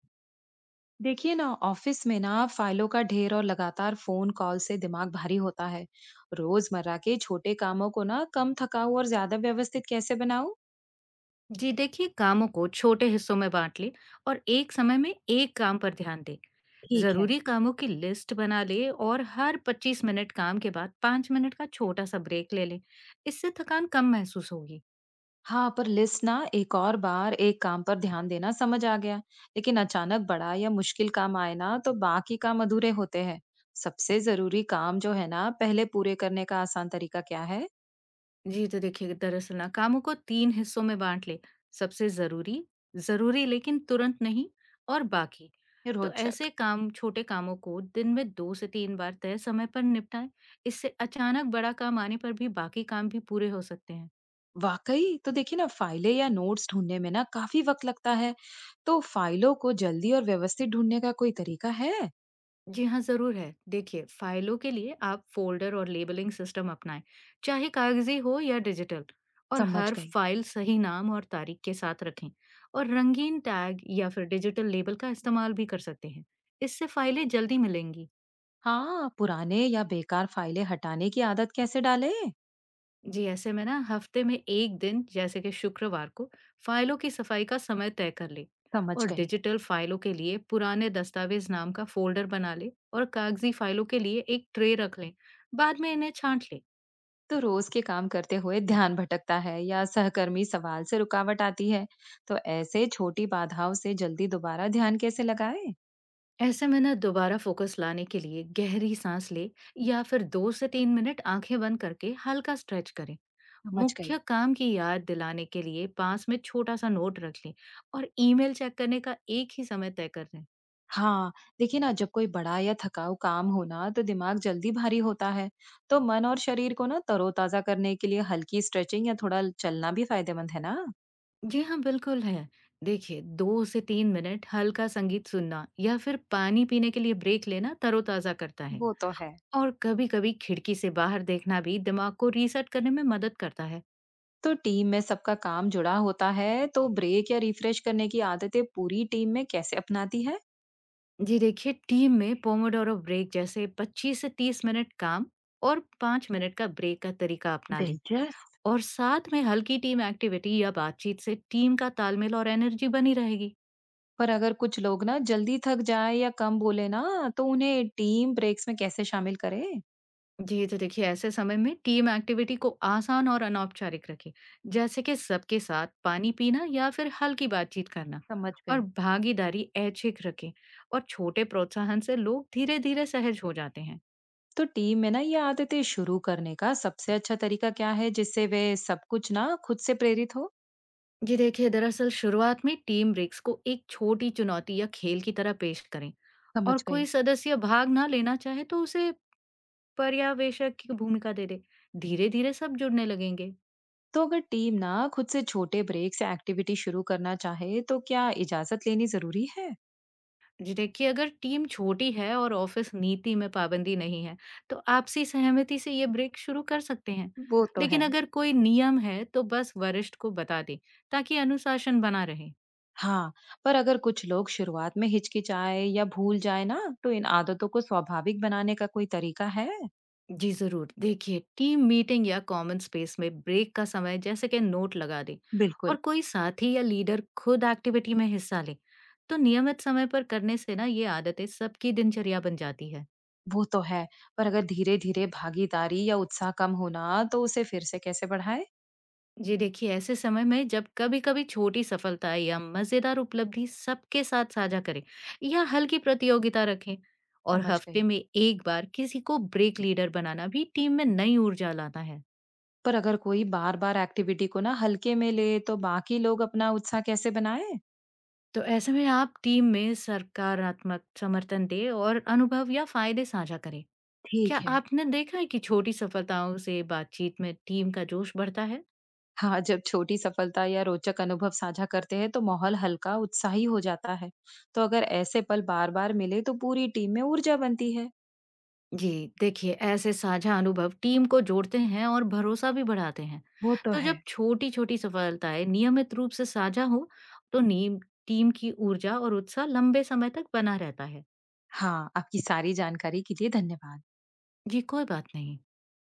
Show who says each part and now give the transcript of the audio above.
Speaker 1: देखिए ना ऑफिस में ना फाइलों का ढेर और लगातार फोन कॉल से दिमाग भारी होता है। रोजमर्रा के छोटे कामों को ना कम थकाऊ और ज्यादा व्यवस्थित कैसे बनाऊं।
Speaker 2: जी देखिए, कामों को छोटे हिस्सों में बांट ले और एक समय में एक काम पर ध्यान दे।
Speaker 1: ठीक है।
Speaker 2: जरूरी कामों की लिस्ट बना ले और हर 25 मिनट काम के बाद 5 मिनट का छोटा सा ब्रेक ले ले। इससे थकान कम महसूस होगी।
Speaker 1: हाँ, पर लिस्ट ना एक और बार एक काम पर ध्यान देना समझ आ गया। लेकिन अचानक बड़ा या मुश्किल काम आए ना तो बाकी काम अधूरे होते हैं। सबसे जरूरी काम जो है ना पहले पूरे करने का आसान तरीका क्या है।
Speaker 2: जी तो देखिए, दरअसल ना कामों को 3 हिस्सों में बांट ले। सबसे जरूरी, जरूरी लेकिन तुरंत नहीं और बाकी। तो
Speaker 1: रोचक।
Speaker 2: ऐसे काम छोटे कामों को दिन में 2 से 3 बार तय समय पर निपटाएं। इससे अचानक बड़ा काम आने पर भी बाकी काम भी पूरे हो सकते हैं।
Speaker 1: वाकई, तो देखिए ना फाइलें या नोट्स ढूंढने में ना काफी वक्त लगता है। तो फाइलों को जल्दी और व्यवस्थित ढूंढने का कोई तरीका है।
Speaker 2: जी हाँ, ज़रूर है। देखिए, फ़ाइलों के लिए आप फ़ोल्डर और लेबलिंग सिस्टम अपनाएं, चाहे कागज़ी हो या डिजिटल, और
Speaker 1: समझ
Speaker 2: हर
Speaker 1: गई।
Speaker 2: फ़ाइल सही नाम और तारीख के साथ रखें। और रंगीन टैग या फिर डिजिटल लेबल का इस्तेमाल भी कर सकते हैं। इससे फ़ाइलें जल्दी मिलेंगी।
Speaker 1: हाँ, पुराने या बेकार फाइलें हटाने की आदत कैसे डाले।
Speaker 2: जी, ऐसे में ना हफ़्ते में 1 दिन जैसे कि शुक्रवार को फ़ाइलों की सफ़ाई का समय तय कर लें।
Speaker 1: समझ
Speaker 2: और
Speaker 1: गई।
Speaker 2: डिजिटल फ़ाइलों के लिए पुराने दस्तावेज़ नाम का फ़ोल्डर बना लें और कागज़ी फ़ाइलों के लिए एक ट्रे रख लें। बाद में इन्हें छाँट लें।
Speaker 1: तो रोज के काम करते हुए ध्यान भटकता है या सहकर्मी सवाल से रुकावट आती है। तो ऐसे छोटी बाधाओं से जल्दी दोबारा ध्यान कैसे लगाए।
Speaker 2: ऐसे में ना दोबारा फोकस लाने के लिए गहरी सांस ले या फिर दो से तीन मिनट आंखें बंद करके हल्का स्ट्रेच करें।
Speaker 1: समझ गई।
Speaker 2: मुख्य काम की याद दिलाने के लिए पास में छोटा सा नोट रख लें और ईमेल चेक करने का एक ही समय तय कर लें।
Speaker 1: हाँ। देखिए ना जब कोई बड़ा या थकाऊ काम हो ना तो दिमाग जल्दी भारी होता है। तो मन और शरीर को ना तरोताजा करने के लिए हल्की स्ट्रेचिंग या थोड़ा चलना भी फायदेमंद है ना।
Speaker 2: जी हाँ, बिल्कुल है। देखिए दो से तीन मिनट हल्का संगीत सुनना या फिर पानी पीने के लिए ब्रेक लेना तरोताजा करता है।
Speaker 1: वो तो है।
Speaker 2: और कभी कभी खिड़की से बाहर देखना भी दिमाग को रीसेट करने में मदद करता है।
Speaker 1: तो टीम में सबका काम जुड़ा होता है, तो ब्रेक या रिफ्रेश करने की आदतें पूरी टीम में कैसे अपनाती है।
Speaker 2: जी देखिए, टीम में पोमोडोरो ब्रेक जैसे 25 से 30 मिनट काम और 5 मिनट का ब्रेक का तरीका अपना ले।
Speaker 1: दिलचस्प।
Speaker 2: और साथ में हल्की टीम एक्टिविटी या बातचीत से टीम का तालमेल और एनर्जी बनी रहेगी।
Speaker 1: पर अगर कुछ लोग ना जल्दी थक जाए या कम बोले ना, तो उन्हें टीम ब्रेक्स में कैसे शामिल करें।
Speaker 2: जी तो देखिए, ऐसे समय में टीम एक्टिविटी को आसान और अनौपचारिक रखें, जैसे कि सबके साथ पानी पीना या फिर हल्की बातचीत करना।
Speaker 1: समझ
Speaker 2: और
Speaker 1: गई।
Speaker 2: भागीदारी ऐच्छिक रखें और छोटे प्रोत्साहन से लोग धीरे धीरे सहज हो जाते हैं।
Speaker 1: तो टीम में ना ये आदतें शुरू करने का सबसे अच्छा तरीका क्या है जिससे वे सब कुछ ना खुद से प्रेरित हो।
Speaker 2: जी देखिए, दरअसल शुरुआत में टीम ब्रेक्स को एक छोटी चुनौती या खेल की तरह पेश करें। और
Speaker 1: समझ
Speaker 2: कोई
Speaker 1: गई।
Speaker 2: सदस्य भाग ना लेना चाहे तो उसे पर्यवेक्षक की भूमिका दे दे। धीरे धीरे सब जुड़ने लगेंगे।
Speaker 1: तो अगर टीम ना खुद से छोटे ब्रेक्स या एक्टिविटी शुरू करना चाहे तो क्या इजाजत लेनी जरूरी है।
Speaker 2: जी देखिए, अगर टीम छोटी है और ऑफिस नीति में पाबंदी नहीं है तो आपसी सहमति से ये ब्रेक शुरू कर सकते हैं।
Speaker 1: वो तो है।
Speaker 2: लेकिन अगर कोई नियम है तो बस वरिष्ठ को बता दें, ताकि अनुशासन बना रहे।
Speaker 1: हाँ, पर अगर कुछ लोग शुरुआत में हिचकिचाए या भूल जाए ना तो इन आदतों को स्वाभाविक बनाने का कोई तरीका है।
Speaker 2: जी जरूर, देखिए टीम मीटिंग या कॉमन स्पेस में ब्रेक का समय जैसे कि नोट लगा दे। और
Speaker 1: बिल्कुल।
Speaker 2: कोई साथी या लीडर खुद एक्टिविटी में हिस्सा ले तो नियमित समय पर करने से ना ये आदतें सबकी दिनचर्या बन जाती है।
Speaker 1: वो तो है। पर अगर धीरे धीरे भागीदारी या उत्साह कम होना तो उसे फिर से कैसे बढ़ाए।
Speaker 2: जी देखिए, ऐसे समय में जब कभी कभी छोटी सफलता या मजेदार उपलब्धि सबके साथ साझा करें या हल्की प्रतियोगिता रखें। और
Speaker 1: समझ
Speaker 2: हफ्ते
Speaker 1: गई।
Speaker 2: में एक बार किसी को ब्रेक लीडर बनाना भी टीम में नई ऊर्जा लाता है।
Speaker 1: पर अगर कोई बार-बार एक्टिविटी को ना हल्के में ले तो बाकी लोग अपना उत्साह कैसे बनाए।
Speaker 2: तो ऐसे में आप टीम में सकारात्मक समर्थन दें और अनुभव या फायदे साझा करें। क्या
Speaker 1: ठीक है।
Speaker 2: आपने देखा है कि छोटी सफलताओं से बातचीत में टीम का जोश बढ़ता है?
Speaker 1: हाँ, जब छोटी सफलता या रोचक अनुभव साझा करते हैं तो माहौल हल्का उत्साही हो जाता है। तो अगर ऐसे पल बार बार मिले तो पूरी टीम में ऊर्जा बनती है।
Speaker 2: जी, देखिए ऐसे साझा अनुभव टीम को जोड़ते हैं और भरोसा भी बढ़ाते हैं।
Speaker 1: वो तो
Speaker 2: तो
Speaker 1: है।
Speaker 2: जब छोटी-छोटी सफलताएं नियमित रूप से साझा हो, तो नीम टीम की ऊर्जा और उत्साह लंबे समय तक बना रहता है।
Speaker 1: हाँ, आपकी सारी जानकारी के लिए धन्यवाद।
Speaker 2: जी, कोई बात नहीं।